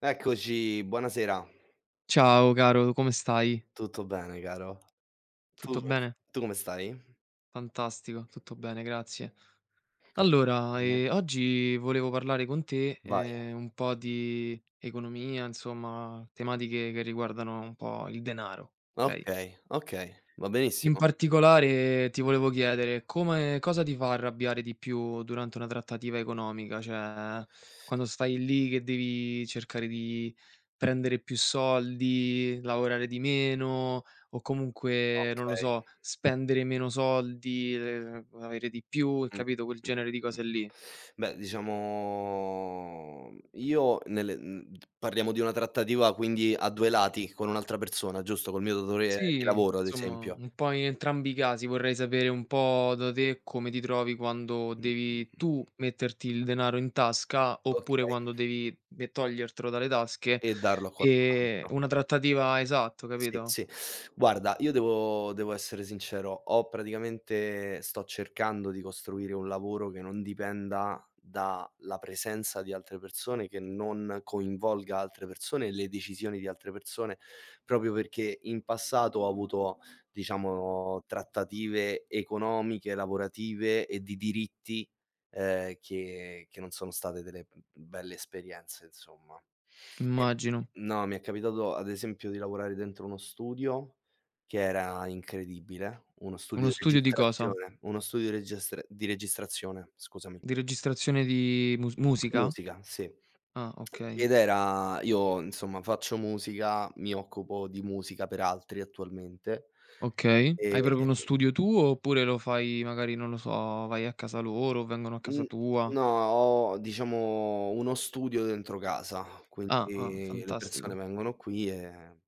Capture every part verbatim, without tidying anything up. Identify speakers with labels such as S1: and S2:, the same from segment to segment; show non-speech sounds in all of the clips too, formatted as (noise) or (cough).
S1: Eccoci, buonasera.
S2: Ciao caro, come stai?
S1: Tutto bene caro? Tu
S2: Tutto bene?
S1: tu come stai?
S2: Fantastico, tutto bene, grazie. Allora,
S1: Sì.
S2: ehm, oggi volevo parlare con te,
S1: Vai.
S2: ehm, un po' di economia, insomma tematiche che riguardano un po' il denaro, okay?
S1: Okay, okay, va
S2: In
S1: benissimo.
S2: particolare ti volevo chiedere come cosa ti fa arrabbiare di più durante una trattativa economica? Cioè, quando stai lì che devi cercare di prendere più soldi, lavorare di meno o comunque, non lo
S1: Okay.
S2: so, spendere meno soldi, ehm, avere di più,
S1: Mh,
S2: capito, quel
S1: mh,
S2: genere di
S1: mh.
S2: cose lì.
S1: Beh, diciamo io nelle mhmm, parliamo di una trattativa quindi a due lati con un'altra persona, giusto? Col mio datore di
S2: Sì,
S1: lavoro ad
S2: insomma,
S1: esempio.
S2: un po' in entrambi i casi vorrei sapere un po' da te come ti trovi quando
S1: Mh, mh,
S2: devi
S1: mh.
S2: tu metterti il denaro in tasca, oppure
S1: Okay,
S2: quando devi de togliertelo dalle tasche,
S1: e darlo a qualcun
S2: ehm,
S1: altro.
S2: una trattativa esatto,
S1: Sì,
S2: capito,
S1: sì. Guarda, io devo devo essere sincero, ho praticamente sto cercando di costruire un lavoro che non dipenda dalla presenza di altre persone, che non coinvolga altre persone e le decisioni di altre persone, proprio perché in passato ho avuto, diciamo, trattative economiche, lavorative e di diritti, ehm, che che non sono state delle belle esperienze, insomma. E
S2: immagino.
S1: No, mi è capitato ad esempio di lavorare dentro uno studio che era incredibile, uno studio
S2: Uno
S1: di
S2: studio di cosa?
S1: registrazione uno studio di registra di registrazione, scusami,
S2: Di registrazione di mus
S1: di
S2: musica?
S1: musica, sì.
S2: Ah, okay,
S1: Ed era io insomma faccio musica, mi occupo di musica per altri attualmente,
S2: okay.
S1: ehm
S2: Hai proprio uno studio tuo, oppure lo fai magari, non lo so, vai a casa loro, vengono a casa
S1: Mhmm,
S2: tua?
S1: no, ho diciamo uno studio dentro casa,
S2: Ah, ah,
S1: quindi le persone
S2: fantastico.
S1: vengono qui e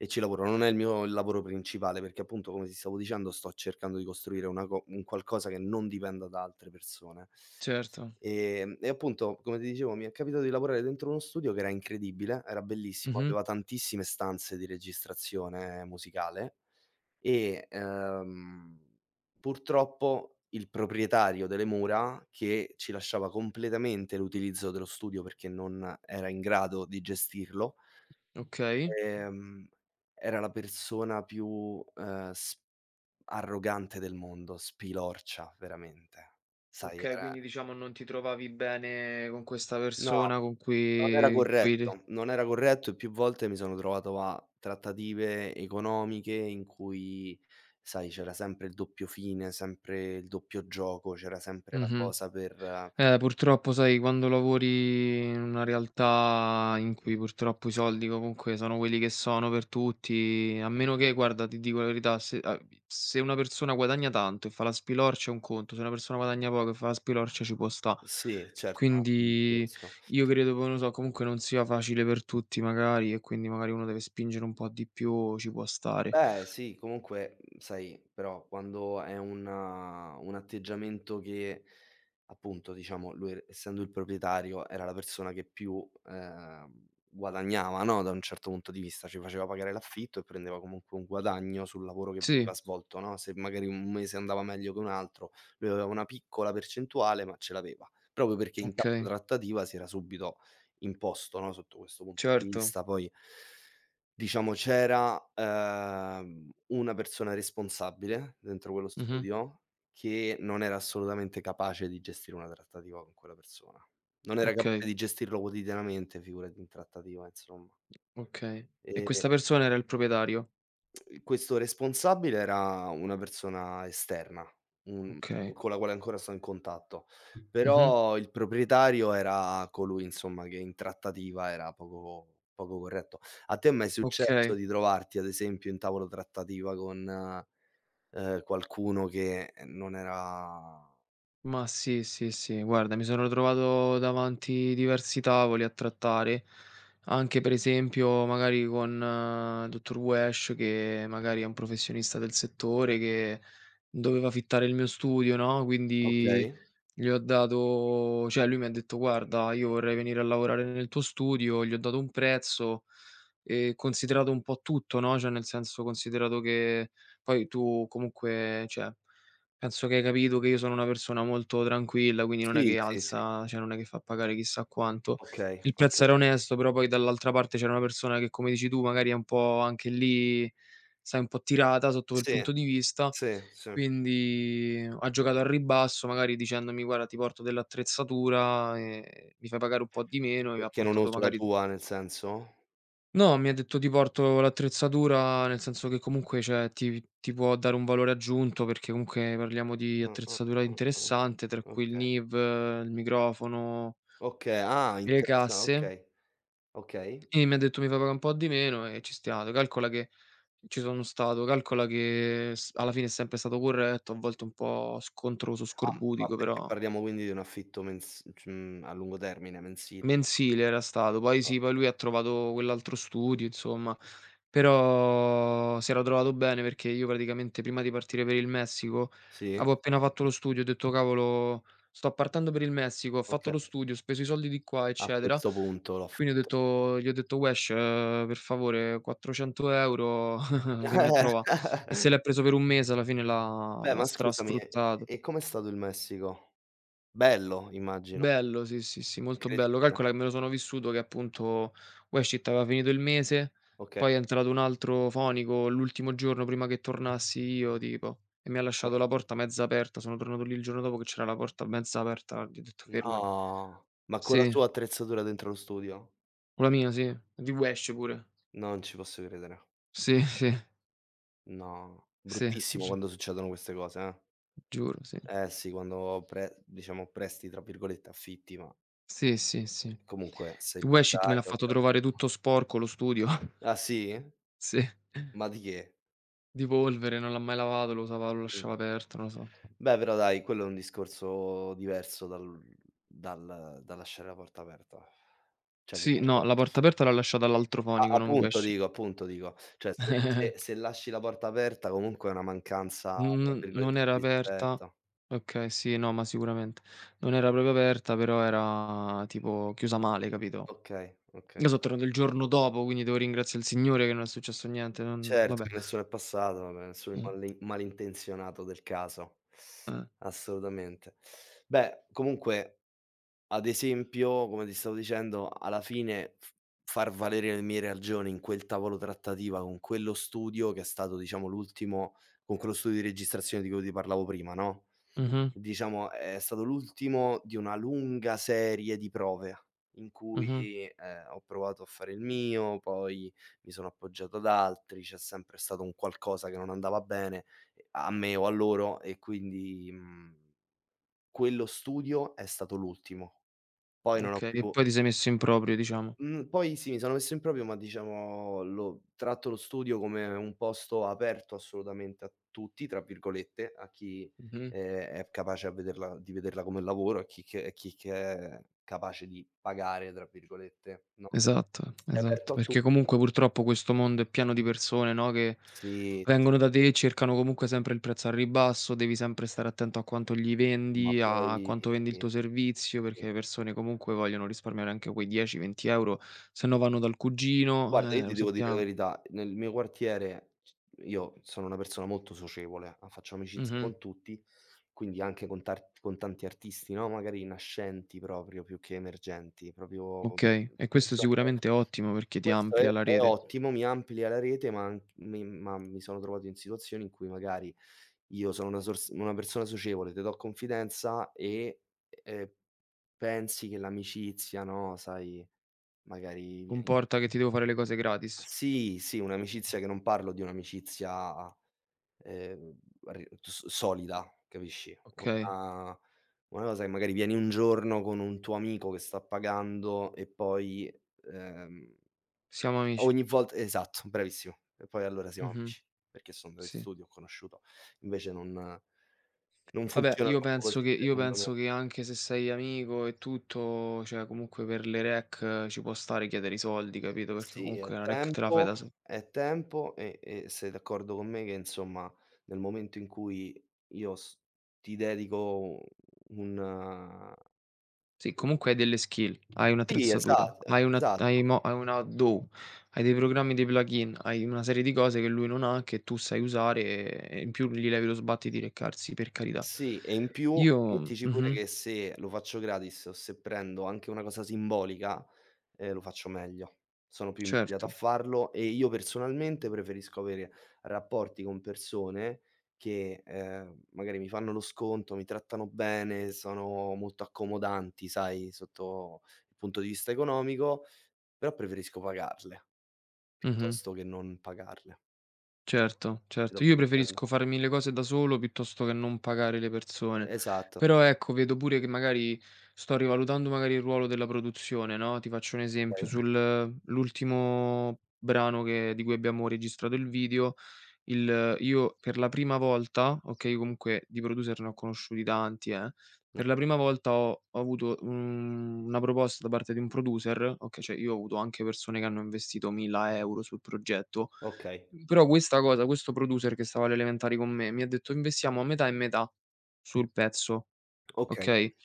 S1: e ci lavorano. Non è il mio lavoro principale, perché appunto come ti stavo dicendo sto cercando di costruire una co un qualcosa che non dipenda da altre persone.
S2: Certo.
S1: Ehm, e appunto, come ti dicevo, mi è capitato di lavorare dentro uno studio che era incredibile, era bellissimo,
S2: Mh-mh.
S1: aveva tantissime stanze di registrazione musicale e, ehm, purtroppo il proprietario delle mura, che ci lasciava completamente l'utilizzo dello studio perché non era in grado di gestirlo,
S2: Okay.
S1: ehm, era la persona più, ehm, s arrogante del mondo, spilorcia veramente. Sai,
S2: Okay,
S1: era.
S2: quindi diciamo non ti trovavi bene con questa
S1: No.
S2: persona con
S1: Non era
S2: cui cui ri
S1: corretto, non era corretto e più volte mi sono trovato a trattative economiche in cui, sai, c'era sempre il doppio fine, sempre il doppio gioco, c'era sempre la
S2: Mh-mh.
S1: cosa per
S2: Eh, purtroppo sai quando lavori in una realtà in cui purtroppo i soldi comunque sono quelli che sono per tutti, a meno che guarda, ti dico la verità, se, a se una persona guadagna tanto e fa la spilorcia è un conto, se una persona guadagna poco e fa la spilorcia ci può sta.
S1: sì, certo, un altro
S2: Quindi
S1: discorso.
S2: io credo che, non lo so, comunque non sia facile per tutti magari e quindi magari uno deve spingere un po' di più, ci può stare.
S1: Beh, sì, comunque, mhmm, sai, però quando è una un atteggiamento che appunto, diciamo, lui e essendo il proprietario era la persona che più, ehm, guadagnava, no, da un certo punto di vista, ci faceva pagare l'affitto e prendeva comunque un guadagno sul lavoro che
S2: Sì,
S1: aveva svolto, no, se magari un mese andava meglio che un altro, lui aveva una piccola percentuale, ma ce l'aveva, proprio perché in
S2: okay,
S1: tavola trattativa si era subito imposto, no, sotto questo punto di
S2: certo.
S1: vista. Poi diciamo c'era, ehm, una persona responsabile dentro quello
S2: Mh-mh.
S1: studio che non era assolutamente capace di gestire una trattativa con quella persona. Non era
S2: Okay,
S1: capace di gestirlo quotidianamente, figurati in trattativa insomma.
S2: okay. E
S1: E
S2: questa persona era il proprietario?
S1: Ehm, questo responsabile era una persona esterna, mhmm,
S2: Okay.
S1: con la quale ancora sto in contatto,
S2: Mh-mh.
S1: però il proprietario era colui insomma che in trattativa era poco poco corretto. A te è mai successo
S2: Okay.
S1: di trovarti ad esempio in tavolo trattativa con, ehm, qualcuno che non era
S2: Ma sì, sì, sì. Guarda, mi sono trovato davanti diversi tavoli a trattare, anche per esempio magari con il dottor Wesh che magari è un professionista del settore che doveva fittare il mio studio, no, quindi.
S1: okay.
S2: Gli ho dato cioè lui mi ha detto: "Guarda, io vorrei venire a lavorare nel tuo studio", gli ho dato un prezzo e considerato un po' tutto, no, cioè nel senso, considerato che poi tu comunque cioè, penso che hai capito che io sono una persona molto tranquilla, quindi non è
S1: Sì,
S2: che
S1: sì, sì,
S2: alza cioè non è che fa pagare chissà quanto.
S1: okay,
S2: Il prezzo
S1: okay.
S2: era onesto, però poi dall'altra parte c'era una persona che, come dici tu, magari è un po' anche lì, sai, un po' tirata sotto quel
S1: Sì,
S2: punto di vista
S1: sì, sì.
S2: quindi ha giocato al ribasso, magari dicendomi: "Guarda, ti porto dell'attrezzatura, ehm, mi fai pagare un po' di meno", e mi ha
S1: Perché non
S2: portato
S1: uso la
S2: magari
S1: tua nel senso?
S2: no, mi ha detto: "Ti porto l'attrezzatura", nel senso che comunque, cioè, ti ti può dare un valore aggiunto, perché comunque parliamo di
S1: Mh, mh,
S2: attrezzatura
S1: mh, mh.
S2: interessante, tra cui il
S1: Okay.
S2: N I V, il microfono,
S1: Okay, ah
S2: le
S1: interessa
S2: casse,
S1: okay, okay.
S2: e mi ha detto: "Mi fai pagare un po' di meno", e ci stiamo. Calcola che ci sono stato, calcola che s alla fine è sempre stato corretto, a volte un po' scontroso,
S1: Ah, ma
S2: scorbutico,
S1: perché
S2: però.
S1: parliamo quindi di un affitto mens c mhmm, a lungo termine, mensile,
S2: Mensile era stato, poi sì, poi
S1: okay.
S2: lui ha trovato quell'altro studio insomma, però si era trovato bene perché io praticamente prima di partire per il Messico
S1: Sì?
S2: avevo appena fatto lo studio, ho detto: "Cavolo, sto partendo per il Messico, ho fatto
S1: Okay,
S2: lo studio, ho speso i soldi di qua,
S1: a
S2: eccetera".
S1: questo punto
S2: Quindi ho
S1: l'affitto.
S2: detto gli ho detto: "Wesh, eh, per favore quattrocento euro € (laughs) che mi ha trova". E
S1: (laughs)
S2: se l'è preso per un mese alla fine l'ha
S1: Beh,
S2: l'ha
S1: ma scusami, e
S2: strasfruttato.
S1: e com'è stato il Messico? Bello, immagino.
S2: Bello, sì, sì, sì, molto bello.
S1: Incredibile.
S2: Calcola che me lo sono vissuto che appunto Uescit aveva finito il mese,
S1: Okay,
S2: poi è entrato un altro fonico l'ultimo giorno prima che tornassi io tipo e mi ha lasciato
S1: okay.
S2: la porta mezza aperta. Sono tornato lì il giorno dopo che c'era la porta mezza aperta, gli ho detto: "Fermati".
S1: No, ma con la
S2: Sì,
S1: sua attrezzatura dentro lo studio?
S2: con la mia, sì, di Wesh pure.
S1: Non ci posso credere.
S2: Sì, (laughs) sì,
S1: No,
S2: sì,
S1: bruttissimo
S2: giu
S1: quando succedono queste cose, eh.
S2: giuro, sì.
S1: Eh sì, quando pre diciamo "presti" tra virgolette, affitti, ma
S2: Sì, sì, sì.
S1: eh, comunque sei
S2: Il Uescit me l'ha
S1: proprietario
S2: fatto trovare
S1: (unintelligible)
S2: tutto sporco lo studio. (laughs)
S1: Ah sì?
S2: Sì.
S1: Ma di che?
S2: Di polvere, non l'ha mai lavato, lo usava lo
S1: Mh.
S2: lasciava aperto, non lo so.
S1: Beh, però dai, quello è un discorso diverso dal dal dal lasciare la porta aperta. Cioè
S2: Sì, no, la
S1: (unintelligible)
S2: porta aperta l'ha lasciata all'altro fonico,
S1: a
S2: non
S1: appunto
S2: Wesh.
S1: dico appunto dico, cioè se se se
S2: (laughs)
S1: lasci la porta aperta comunque è una mancanza, tra
S2: N Non
S1: virgolette,
S2: era
S1: di
S2: aperta.
S1: rispetto.
S2: Okay, sì, no, ma sicuramente. Non era proprio aperta, però era tipo chiusa male, capito.
S1: Okay, okay.
S2: Io so' tornato il giorno dopo, quindi devo ringraziare il Signore che non è successo niente, non
S1: Certo,
S2: vabbè.
S1: che nessuno è passato, vabbè, nessuno è
S2: Mh,
S1: mali malintenzionato del caso.
S2: eh.
S1: Assolutamente. Beh, comunque, ad esempio, come ti stavo dicendo, alla fine f far valere le mie ragioni in quel tavolo trattativa con quello studio che è stato, diciamo, l'ultimo con quello studio di registrazione di cui ti parlavo prima, no,
S2: Mh-mh,
S1: diciamo, è stato l'ultimo di una lunga serie di prove in cui,
S2: mh-mh.
S1: ehm, ho provato a fare il mio, poi mi sono appoggiato ad altri, c'è sempre stato un qualcosa che non andava bene, ehm, a me o a loro e quindi, mhmm, quello studio è stato l'ultimo. Poi non ho
S2: Okay,
S1: più
S2: e poi ti sei messo in proprio, diciamo.
S1: Mhmm, poi sì, mi sono messo in proprio, ma diciamo lo tratto lo studio come un posto aperto assolutamente a tutti, tra virgolette, a chi,
S2: Mh-mh.
S1: ehm, è capace a vederla di vederla come lavoro, a chi che e chi che è capace di "pagare" tra virgolette, no,
S2: Esatto,
S1: è
S2: esatto,
S1: aperto a tutti.
S2: perché comunque purtroppo questo mondo è pieno di persone, no, che
S1: Sì,
S2: vengono da te e cercano comunque sempre il prezzo al ribasso, devi sempre stare attento a quanto gli
S1: sì, ma
S2: vendi, a
S1: poi
S2: quanto vendi il
S1: sì,
S2: tuo servizio, perché le
S1: sì.
S2: persone comunque vogliono risparmiare anche quei dieci, venti €, se no vanno dal cugino,
S1: Guarda, io
S2: eh, lo
S1: ti devo dire la
S2: sappiamo.
S1: verità, nel mio quartiere c io sono una persona molto socievole, a faccio amicizia
S2: Mh-mh.
S1: con tutti, quindi anche con tar con tanti artisti, no, magari nascenti proprio più che emergenti, proprio
S2: Okay, e questo
S1: persone che
S2: sicuramente è ottimo perché ti
S1: questo è
S2: amplia la
S1: è
S2: rete.
S1: ottimo, mi amplia la rete, ma anc mi ma mi sono trovato in situazioni in cui magari io sono una sors una persona socievole, te do confidenza e, ehm, pensi che l'amicizia, no, sai, magari vieni
S2: Comporta che ti devo fare le cose gratis.
S1: sì, sì, un'amicizia che non parlo di un'amicizia, ehm, ri s solida, capisci?
S2: Okay,
S1: Una una cosa che magari vieni un giorno con un tuo amico che sta pagando e poi, ehm,
S2: siamo amici.
S1: ogni volta esatto, bravissimo. E poi allora siamo
S2: Mh-mh.
S1: amici, perché sono andato in
S2: Sì.
S1: studio, ho conosciuto. Invece non non
S2: Vabbè,
S1: funziona
S2: io
S1: troppo
S2: penso
S1: così,
S2: che io
S1: secondo me.
S2: penso che anche se sei amico e tutto, cioè comunque per le rec eh, ci può stare chiedere i soldi, capito, perché
S1: Sì, è
S2: comunque una rec te la fai
S1: tempo
S2: da so
S1: è tempo e e sei d'accordo con me che insomma nel momento in cui io s ti dedico un
S2: sì, comunque hai delle skill, hai
S1: sì,
S2: un'attrezzatura,
S1: esatto,
S2: hai una hai
S1: esatto.
S2: mo hai una DAW, hai dei programmi, dei plugin, hai una serie di cose che lui non ha, che tu sai usare e e in più gli levi lo sbatti di recarsi, per carità.
S1: Sì, e in più
S2: Io
S1: mettici pure
S2: Mh-mh,
S1: che se lo faccio gratis o se prendo anche una cosa simbolica Ehm, lo faccio meglio. Sono più invogliato a
S2: certo.
S1: farlo e io personalmente preferisco avere rapporti con persone che, ehm, magari mi fanno lo sconto, mi trattano bene, sono molto accomodanti, sai, sotto il punto di vista economico, però preferisco pagarle
S2: Mh-mh.
S1: piuttosto che non pagarle.
S2: Certo,
S1: Ti do
S2: certo. Io
S1: per intendere.
S2: preferisco farmi le cose da solo piuttosto che non pagare le persone.
S1: Esatto,
S2: Però ecco, vedo pure che magari sto rivalutando magari il ruolo della produzione, no, ti faccio un esempio,
S1: okay,
S2: sul l'ultimo brano che di cui abbiamo registrato il video, il io per la prima volta, okay, comunque di producer ne ho conosciuti tanti, eh, per la
S1: okay,
S2: prima volta ho ho avuto, mhmm, una proposta da parte di un producer, okay, cioè io ho avuto anche persone che hanno investito mille euro € sul progetto,
S1: okay,
S2: però questa cosa questo producer che stava alle elementari con me, mi ha detto: "Investiamo a metà e metà sul pezzo",
S1: okay.
S2: okay?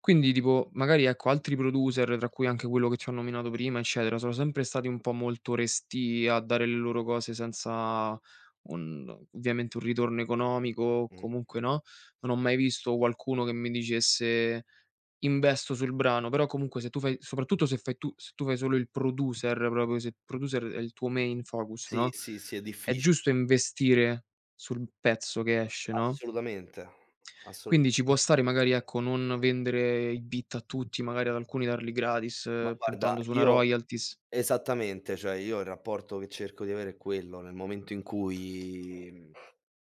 S2: Quindi tipo, magari ecco, altri producer, tra cui anche quello che ci ho nominato prima, eccetera, sono sempre stati un po' molto restii a dare le loro cose senza un ovviamente un ritorno economico,
S1: Mh.
S2: comunque no, non ho mai visto qualcuno che mi dicesse: "Investo sul brano", però comunque se tu fai soprattutto se fai tu se tu fai solo il producer, proprio se il producer è il tuo main focus,
S1: Sì,
S2: no,
S1: sì, sì, è
S2: è
S1: difficile,
S2: giusto investire sul pezzo che esce, no?
S1: assolutamente, assolu
S2: Quindi ci può stare magari, ecco, non vendere i beat a tutti, magari ad alcuni darli gratis,
S1: ma
S2: eh,
S1: guarda
S2: puntando su una
S1: io
S2: royalties.
S1: esattamente, cioè io il rapporto che cerco di avere è quello, nel momento in cui, mhmm,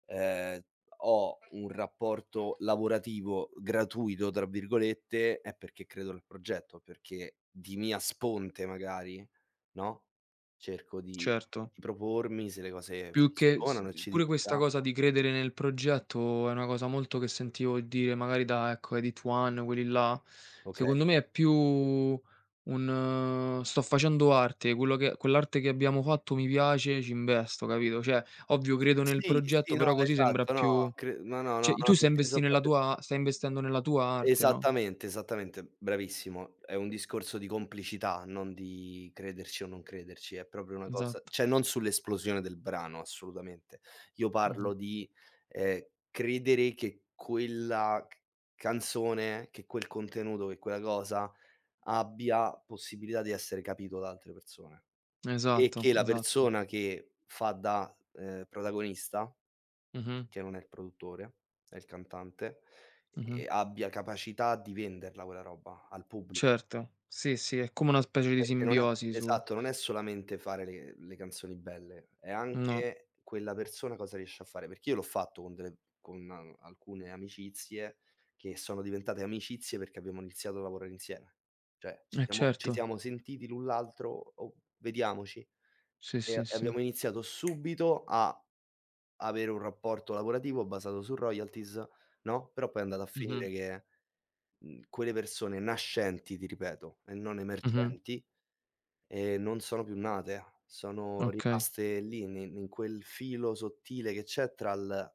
S1: ehm, ho un rapporto "lavorativo" "gratuito" tra virgolette, è perché credo nel progetto, perché di mia sponte magari, no, cerco di
S2: Certo.
S1: di propormi se le cose
S2: Più che s
S1: funzionano e ci
S2: pure questa
S1: divertiamo.
S2: cosa di credere nel progetto è una cosa molto che sentivo dire magari da, ecco, Edit One, quelli là.
S1: Okay.
S2: Secondo me è più un: eh, "Sto facendo arte, quello che quell'arte che abbiamo fatto mi piace, ci investo", capito? Cioè, ovvio credo nel
S1: Sì, sì,
S2: progetto,
S1: no,
S2: però così sembra
S1: esatto, no,
S2: più
S1: cre no, no, no,
S2: cioè,
S1: no,
S2: tu stai investi
S1: inteso
S2: nella
S1: proprio
S2: tua stai investendo nella tua arte, no?
S1: esattamente, esattamente, bravissimo. È un discorso di complicità, non di crederci o non crederci, è proprio una cosa
S2: Esatto.
S1: cioè non sull'esplosione del brano, assolutamente. Io
S2: Mh-mh.
S1: parlo di, ehm, credere che quella c canzone, che quel contenuto, che quella cosa abbia possibilità di essere capito da altre persone e
S2: Esatto,
S1: che la
S2: esatto.
S1: persona che fa da, ehm, protagonista
S2: Mh-mh,
S1: che non è il produttore, è il cantante,
S2: mh-mh.
S1: e abbia capacità di venderla quella roba al pubblico.
S2: Certo. Sì, sì, è come una specie di
S1: Perché non
S2: simbiosi
S1: è
S2: su
S1: esatto, non è solamente fare le le canzoni belle, è
S2: no,
S1: anche quella persona cosa riesce a fare, perché io l'ho fatto con delle con alcune amicizie che sono diventate amicizie perché abbiamo iniziato a lavorare insieme. Cioè ci
S2: eh
S1: siamo ci
S2: certo.
S1: siamo sentiti l'un l'altro: "Oh, vediamoci."
S2: Sì,
S1: E
S2: sì,
S1: e
S2: sì.
S1: abbiamo iniziato subito a avere un rapporto lavorativo basato su royalties, no, però poi è andata a
S2: Mh-mh,
S1: finire che, mhmm, quelle persone nascenti, ti ripeto, e non
S2: mh-mh.
S1: emergenti, ehm, non sono più nate, sono
S2: Okay.
S1: rimaste lì ne in quel filo sottile che c'è tra l'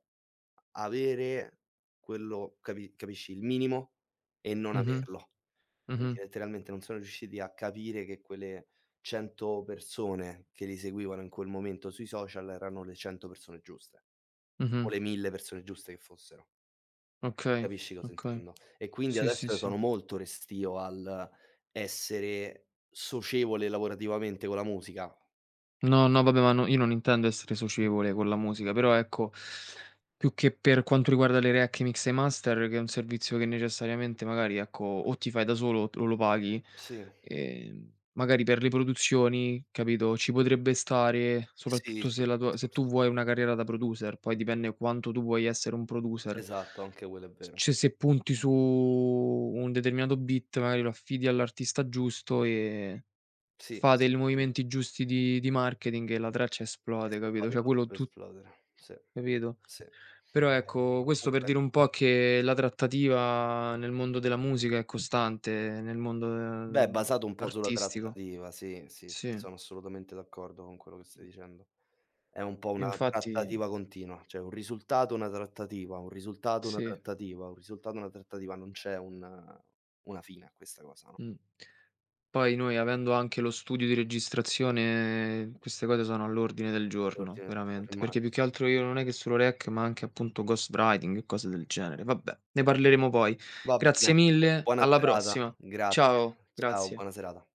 S1: avere quello capi capisci, il minimo e non
S2: Mh-mh,
S1: averlo. Quindi
S2: mh-mh,
S1: letteralmente non sono riusciti a capire che quelle cento persone che li seguivano in quel momento sui social erano le cento persone giuste
S2: mh-mh.
S1: o le mille persone giuste che fossero.
S2: Okay,
S1: Capisci cosa
S2: okay.
S1: intendo? E quindi
S2: Sì, sì,
S1: adesso
S2: sì.
S1: sono molto restio al essere socievole lavorativamente con la musica.
S2: No, no, vabbè, ma no io non intendo essere socievole con la musica, però ecco, più che per quanto riguarda le React Mix e Master, che è un servizio che necessariamente magari, ecco, o ti fai da solo o lo paghi,
S1: Sì,
S2: ehm, magari per le produzioni, capito, ci potrebbe stare,
S1: sì,
S2: soprattutto
S1: sì,
S2: se
S1: il
S2: la tua se
S1: discorso.
S2: tu vuoi una carriera da producer, poi dipende quanto tu vuoi essere un producer.
S1: Esatto, anche quello è vero.
S2: Cioè, se punti su un determinato beat, magari lo affidi all'artista giusto e
S1: Sì,
S2: fate
S1: sì,
S2: il
S1: sì.
S2: movimenti giusti di di marketing e la traccia esplode, capito?
S1: Esplode,
S2: Cioè quello
S1: potrebbe
S2: tu
S1: esplodere. Sì,
S2: capito?
S1: sì.
S2: Però
S1: Eh,
S2: ecco, questo per
S1: comunque
S2: dire un po' che la trattativa nel mondo della musica è costante, nel mondo,
S1: beh, è
S2: ehm,
S1: basato un po' sulla
S2: artistico.
S1: trattativa, sì, sì, sì,
S2: Sì.
S1: sono assolutamente d'accordo con quello che stai dicendo. È un po' una
S2: Infatti
S1: trattativa continua, cioè un risultato, una trattativa, un risultato, una
S2: sì,
S1: trattativa, un risultato, una trattativa, non c'è un una fine a questa cosa, no,
S2: mh. Poi noi avendo anche lo studio di registrazione, queste cose sono all'ordine del giorno,
S1: l'ordine del
S2: veramente,
S1: giorno,
S2: perché più
S1: immagino.
S2: che altro io non è che solo rec, ma anche appunto ghostwriting e cose del genere. Vabbè, ne parleremo poi.
S1: Va
S2: Grazie
S1: bene,
S2: mille,
S1: buona
S2: alla
S1: serata,
S2: prossima.
S1: grazie.
S2: Ciao,
S1: Ciao,
S2: grazie.
S1: buona serata.